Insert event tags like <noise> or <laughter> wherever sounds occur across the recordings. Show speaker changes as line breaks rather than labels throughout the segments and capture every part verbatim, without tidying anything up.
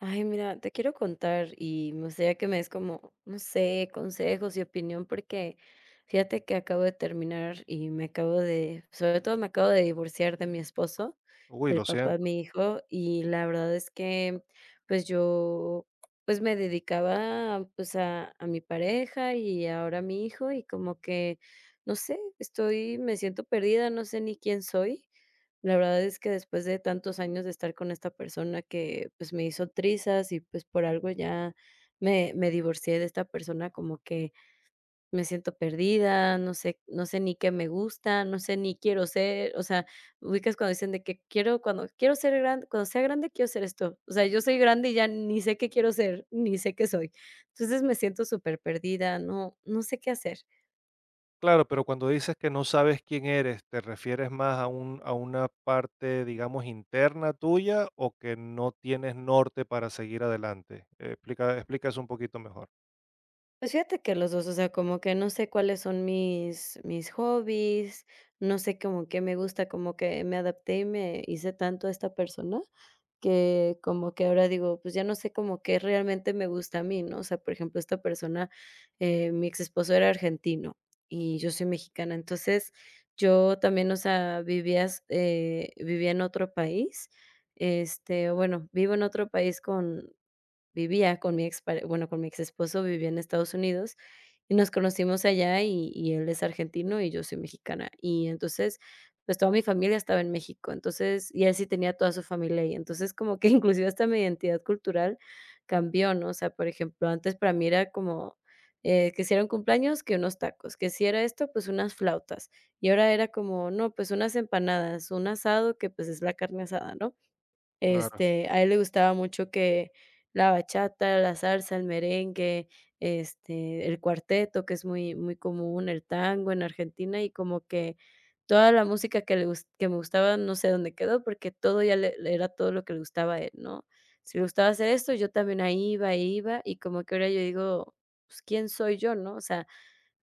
Ay, mira, te quiero contar y me gustaría que me des como, no sé, consejos y opinión, porque fíjate que acabo de terminar y me acabo de, sobre todo me acabo de divorciar de mi esposo,
Uy,
el
lo
papá de
siento.
mi hijo, y la verdad es que pues yo pues me dedicaba pues a, a mi pareja y ahora a mi hijo y como que, no sé, estoy, me siento perdida, no sé ni quién soy. La verdad es que después de tantos años de estar con esta persona que, pues, me hizo trizas y, pues, por algo ya me me divorcié de esta persona, como que me siento perdida, no sé no sé ni qué me gusta, no sé ni quiero ser. O sea, ubicas cuando dicen de que quiero cuando quiero ser grande cuando sea grande quiero ser esto. O sea, yo soy grande y ya ni sé qué quiero ser, ni sé qué soy. Entonces me siento súper perdida, no no sé qué hacer.
Claro, pero cuando dices que no sabes quién eres, ¿te refieres más a un, a una parte, digamos, interna tuya o que no tienes norte para seguir adelante? Eh, explica, explica eso un poquito mejor.
Pues fíjate que los dos. O sea, como que no sé cuáles son mis mis hobbies, no sé como qué me gusta, como que me adapté y me hice tanto a esta persona, que como que ahora digo, pues ya no sé como qué realmente me gusta a mí, ¿no? O sea, por ejemplo, esta persona, eh, mi ex esposo era argentino y yo soy mexicana. Entonces yo también, o sea, vivías eh, vivía en otro país. Este, bueno, vivo en otro país con Vivía con mi ex bueno, con mi ex esposo vivía en Estados Unidos y nos conocimos allá y y él es argentino y yo soy mexicana. Y entonces, pues, toda mi familia estaba en México. Entonces y él sí tenía toda su familia ahí. Entonces, como que <laughs> inclusive hasta mi identidad cultural cambió, ¿no? O sea, por ejemplo, antes para mí era como, eh, que si era un cumpleaños, que unos tacos, que si era esto, pues, unas flautas. Y ahora era como, no, pues, unas empanadas, un asado que, pues, es la carne asada, ¿no?
Claro.
Este, a él le gustaba mucho que la bachata, la salsa, el merengue. Este, el cuarteto, que es muy muy común, el tango en Argentina. Y como que toda la música que le gus que me gustaba, no sé dónde quedó, porque todo ya le le era todo lo que le gustaba a él, ¿no? Si le gustaba hacer esto, yo también ahí iba, ahí iba. Y como que ahora yo digo: "Pues, ¿quién soy yo?", ¿no? O sea,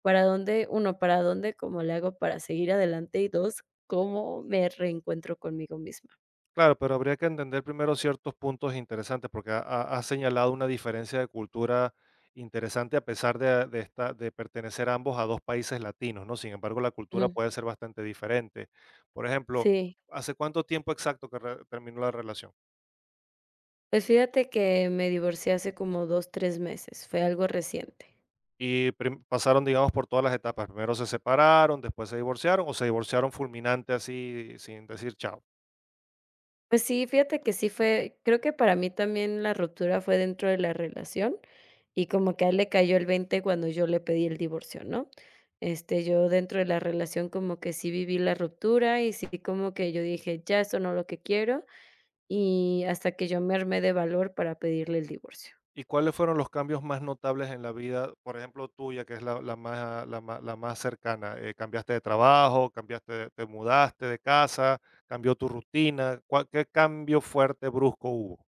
¿para dónde? Uno, ¿para dónde? ¿Cómo le hago para seguir adelante? Y dos, ¿cómo me reencuentro conmigo misma?
Claro, pero habría que entender primero ciertos puntos interesantes, porque ha- ha- has señalado una diferencia de cultura interesante a pesar de, de esta, de pertenecer ambos a dos países latinos, ¿no? Sin embargo, la cultura
Ujú.
puede ser bastante diferente. Por ejemplo,
Sí.
¿hace cuánto tiempo exacto que re- terminó la relación?
Pues fíjate que me divorcié hace como dos tres meses, fue algo reciente.
Y prim Pasaron, digamos, por todas las etapas. Primero se separaron, después se divorciaron, o se divorciaron fulminante así, sin decir chao.
Pues sí, fíjate que sí fue creo que para mí también la ruptura fue dentro de la relación, y como que a él le cayó el veinte cuando yo le pedí el divorcio, ¿no? Este, yo dentro de la relación como que sí viví la ruptura, y sí como que yo dije: "Ya, esto no es lo que quiero", y hasta que yo me armé de valor para pedirle el divorcio.
¿Y cuáles fueron los cambios más notables en la vida, por ejemplo, tuya, que es la la más la má la más cercana? Eh, ¿cambiaste de trabajo, cambiaste de te mudaste de casa, cambió tu rutina? ¿Cuál qué cambio fuerte, brusco hubo?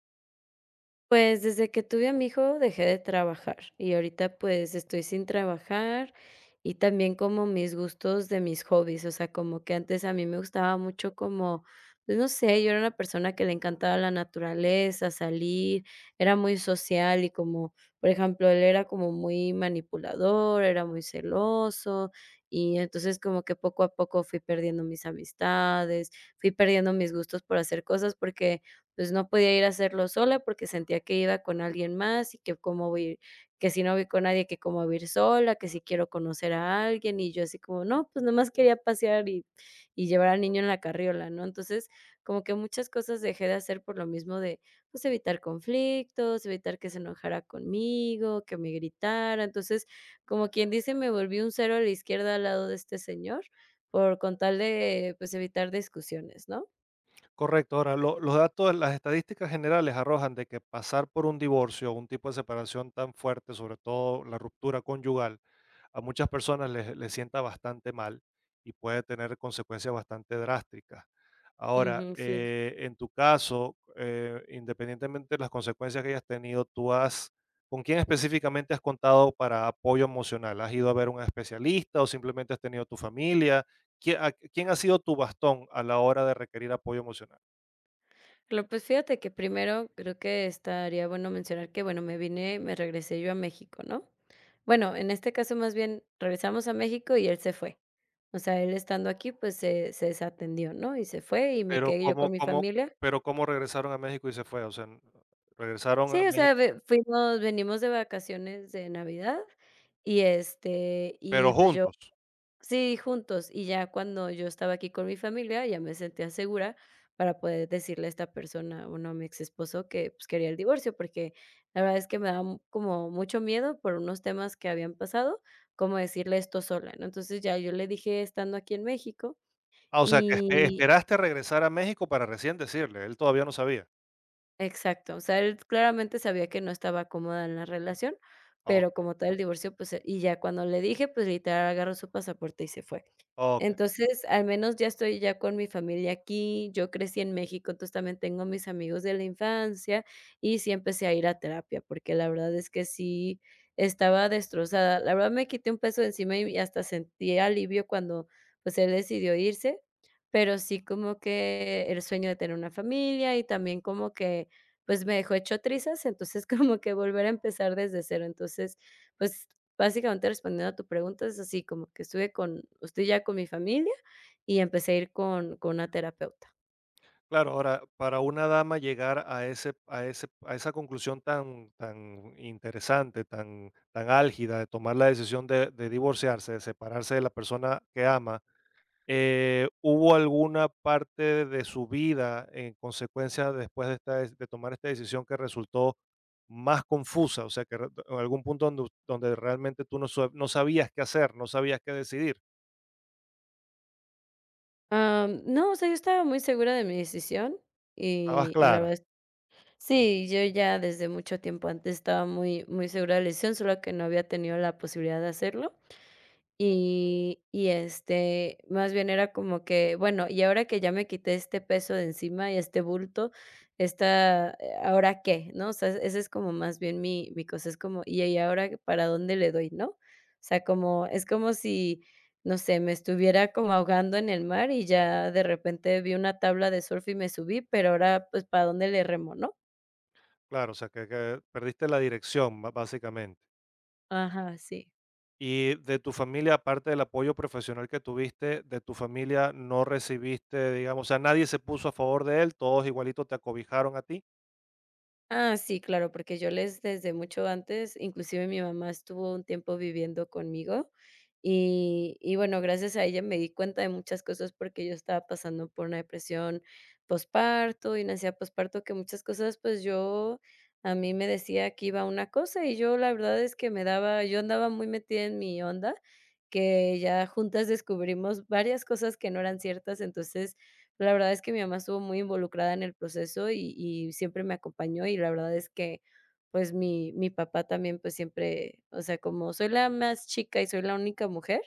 Pues, desde que tuve a mi hijo dejé de trabajar, y ahorita, pues, estoy sin trabajar. Y también como mis gustos de mis hobbies, o sea, como que antes a mí me gustaba mucho como, pues, no sé, yo era una persona que le encantaba la naturaleza, salir, era muy social y como, por ejemplo, él era como muy manipulador, era muy celoso. Y entonces como que poco a poco fui perdiendo mis amistades, fui perdiendo mis gustos por hacer cosas, porque pues no podía ir a hacerlo sola porque sentía que iba con alguien más y que cómo voy a ir, que si no voy con nadie, que cómo voy a ir sola, que si quiero conocer a alguien, y yo así como, no, pues nomás quería pasear y y llevar al niño en la carriola, ¿no? Entonces, como que muchas cosas dejé de hacer por lo mismo de, pues, evitar conflictos, evitar que se enojara conmigo, que me gritara. Entonces, como quien dice, me volví un cero a la izquierda al lado de este señor por con tal de, pues, evitar discusiones, ¿no?
Correcto. Ahora, lo los datos, las estadísticas generales arrojan de que pasar por un divorcio, un tipo de separación tan fuerte, sobre todo la ruptura conyugal a muchas personas les, les sienta bastante mal y puede tener consecuencias bastante drásticas. Ahora,
Ujú, sí.
eh, en tu caso, eh, independientemente de las consecuencias que hayas tenido, tú has, ¿con quién específicamente has contado para apoyo emocional? ¿Has ido a ver un especialista o simplemente has tenido tu familia? ¿Qui- a- ¿Quién ha sido tu bastón a la hora de requerir apoyo emocional?
Claro, pues fíjate que primero creo que estaría bueno mencionar que, bueno, me vine me regresé yo a México, ¿no? Bueno, en este caso, más bien, regresamos a México y él se fue. O sea, él estando aquí, pues, se se desatendió, ¿no? Y se fue, y me
Pero
quedé yo con
cómo,
mi
cómo,
familia.
pero cómo regresaron a México y se fue, o sea, n- regresaron
Sí,
a
o sea,
México,
ve fuimos venimos de vacaciones de Navidad, y, este,
pero
y, pues, yo.
juntos.
Sí, juntos. Y ya cuando yo estaba aquí con mi familia, ya me sentía segura para poder decirle a esta persona, bueno, a mi ex esposo, que pues, quería el divorcio, porque la verdad es que me daba mu- como mucho miedo por unos temas que habían pasado, como decirle esto sola, ¿no? Entonces ya yo le dije estando aquí en México.
Ah, o sea, que espe
Y
esperaste regresar a México para recién decirle, él todavía no sabía.
exacto, o sea, él claramente sabía que no estaba cómoda en la relación, pero
Okey,
como tal el divorcio, pues, eh, y ya cuando le dije, pues literal agarró su pasaporte y se fue.
okey.
Entonces, al menos ya estoy ya con mi familia aquí, yo crecí en México, entonces también tengo mis amigos de la infancia y sí empecé a ir a terapia, porque la verdad es que sí estaba destrozada. La verdad me quité un peso de encima y hasta sentí alivio cuando, pues, él decidió irse, pero sí como que el sueño de tener una familia y también como que, pues, me dejó hecho trizas, entonces <laughs> como que volver a empezar desde cero. Entonces, pues, básicamente, respondiendo a tu pregunta, es así, como que estuve con estoy ya con mi familia y empecé a ir con con una terapeuta.
Claro, ahora, para una dama llegar a ese a ese a esa conclusión tan tan interesante, tan tan álgida de tomar la decisión de de divorciarse, de separarse de la persona que ama. Eh, ¿hubo alguna parte de su vida, en consecuencia, después de esta des- de tomar esta decisión que resultó más confusa? O sea, que re en algún punto donde us- donde realmente tú no sa no sabías qué hacer, no sabías qué decidir.
Am, no, o sea, yo estaba muy segura de mi decisión
Estabas
y y la
clara,
verdad es sí, yo ya desde mucho tiempo antes estaba muy muy segura de la decisión, solo que no había tenido la posibilidad de hacerlo. Y y, este, más bien era como que, bueno, y ahora que ya me quité este peso de encima y este bulto, esta, eh, ¿ahora qué?, ¿no? O sea, ese es como más bien mi mi cosa, es como, y y ahora para dónde le doy, ¿no? O sea, como es como si, no sé, me estuviera como ahogando en el mar y ya de repente vi una tabla de surf y me subí, pero ahora, pues, ¿para dónde le remo, no?
claro, o sea, que que perdiste la dirección, ba básicamente.
Ajá, sí.
Y de tu familia, aparte del apoyo profesional que tuviste, de tu familia no recibiste, digamos, o sea, nadie se puso a favor de él, todos igualito te acobijaron a ti.
Ah, sí, claro, porque yo les desde mucho antes, inclusive mi mamá estuvo un tiempo viviendo conmigo y y bueno, gracias a ella me di cuenta de muchas cosas porque yo estaba pasando por una depresión posparto y una ansiedad posparto que muchas cosas, pues, yo a mí me decía que iba una cosa y yo la verdad es que me daba yo andaba muy metida en mi onda, que ya juntas descubrimos varias cosas que no eran ciertas, entonces, la verdad es que mi mamá estuvo muy involucrada en el proceso y y siempre me acompañó, y la verdad es que, pues, mi mi papá también, pues, siempre, o sea, como soy la más chica y soy la única mujer,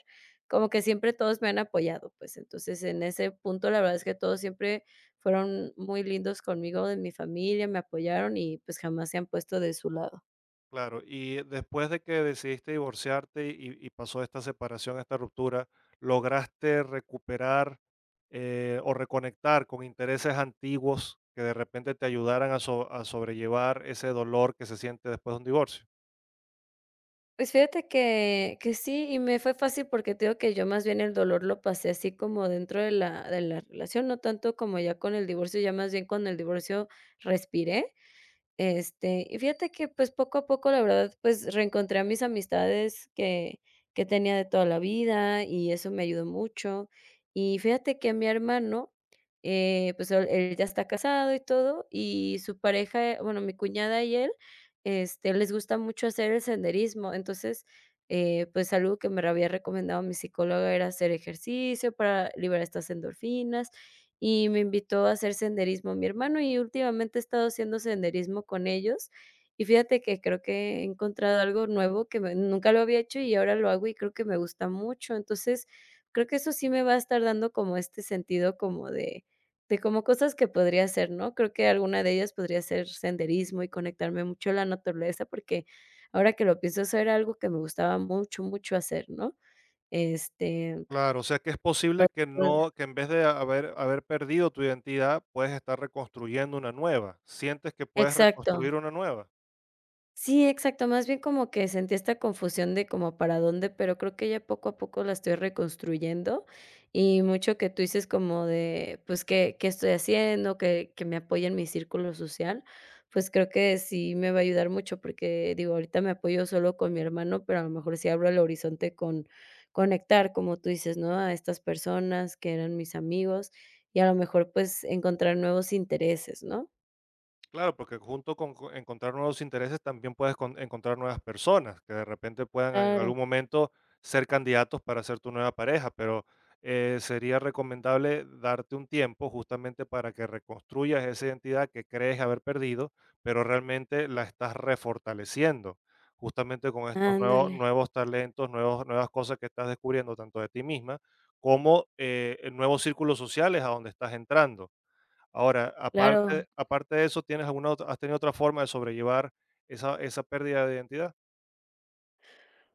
como que siempre todos me han apoyado, pues, entonces, en ese punto, la verdad es que todos siempre fueron muy lindos conmigo, de mi familia, me apoyaron y, pues, jamás se han puesto de su lado.
Claro, y después de que decidiste divorciarte y, y pasó esta separación, esta ruptura, ¿lograste recuperar eh, o reconectar con intereses antiguos que de repente te ayudaran a, so- a sobrellevar ese dolor que se siente después de un divorcio?
Pues fíjate que que sí, y me fue fácil porque te digo que yo más bien el dolor lo pasé así como dentro de la de la relación, no tanto como ya con el divorcio, ya más bien con el divorcio respiré. Este, y fíjate que, pues, poco a poco, la verdad, pues, reencontré a mis amistades que que tenía de toda la vida, y eso me ayudó mucho. Y fíjate que mi hermano, eh, pues, él él ya está casado y todo, y su pareja, bueno, mi cuñada y él, este, les gusta mucho hacer el senderismo. Entonces, eh, pues, algo que me había recomendado mi psicóloga era hacer ejercicio para liberar estas endorfinas y me invitó a hacer senderismo mi hermano, y últimamente he estado haciendo senderismo con ellos. Y fíjate que creo que he encontrado algo nuevo que me nunca lo había hecho y ahora lo hago y creo que me gusta mucho. Entonces, creo que eso sí me va a estar dando como este sentido como de de como cosas que podría hacer, ¿no? Creo que alguna de ellas podría ser senderismo y conectarme mucho a la naturaleza, porque ahora que lo pienso, eso era algo que me gustaba mucho, mucho hacer, ¿no? Este,
Claro, o sea que es posible
todo-
que no, que en vez de haber, haber perdido tu identidad, puedes estar reconstruyendo una nueva. ¿Sientes que puedes
exacto.
reconstruir una nueva?
Sí, exacto, más bien como que sentí esta confusión de como para dónde, pero creo que ya poco a poco la estoy reconstruyendo y mucho que tú dices como de, pues, ¿qué, qué estoy haciendo? Que, que me apoye en mi círculo social, pues creo que sí me va a ayudar mucho porque digo, ahorita me apoyo solo con mi hermano, pero a lo mejor sí abro el horizonte con conectar, como tú dices, ¿no? A estas personas que eran mis amigos y a lo mejor pues encontrar nuevos intereses, ¿no?
Claro, porque junto con co- encontrar nuevos intereses también puedes con- encontrar nuevas personas que de repente puedan en
Claro,
algún momento ser candidatos para ser tu nueva pareja, pero eh, sería recomendable darte un tiempo justamente para que reconstruyas esa identidad que crees haber perdido, pero realmente la estás refortaleciendo justamente con estos nuevos,
ándale,
nuevos talentos, nuevos, nuevas cosas que estás descubriendo tanto de ti misma como eh, nuevos círculos sociales a donde estás entrando. Ahora,
claro.
aparte aparte de eso, ¿tienes alguna otra has tenido otra forma de sobrellevar esa esa pérdida de identidad?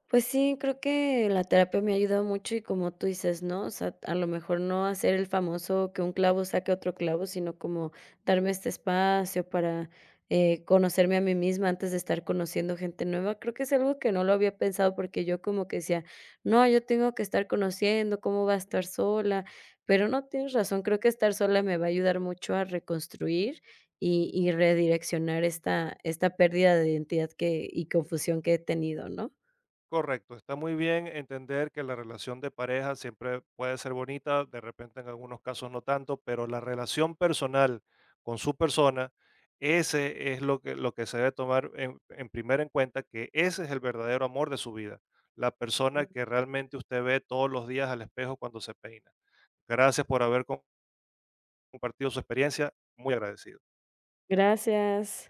Pues sí, creo que la terapia me ha ayudado mucho y como tú dices, ¿no? O sea, a lo mejor no hacer el famoso que un clavo saque otro clavo, sino como darme este espacio para eh, conocerme a mí misma antes de estar conociendo gente nueva. Creo que es algo que no lo había pensado porque yo como que decía, no, yo tengo que estar conociendo, ¿cómo va a estar sola? Pero no tienes razón, creo que estar sola me va a ayudar mucho a reconstruir y, y redireccionar esta, esta pérdida de identidad que, y confusión que he tenido, ¿no?
Correcto, está muy bien entender que la relación de pareja siempre puede ser bonita, de repente en algunos casos no tanto, pero la relación personal con su persona, ese es lo que lo que se debe tomar en en primera en cuenta, que ese es el verdadero amor de su vida, la persona que realmente usted ve todos los días al espejo cuando se peina. Gracias por haber com- compartido su experiencia, muy agradecido.
Gracias.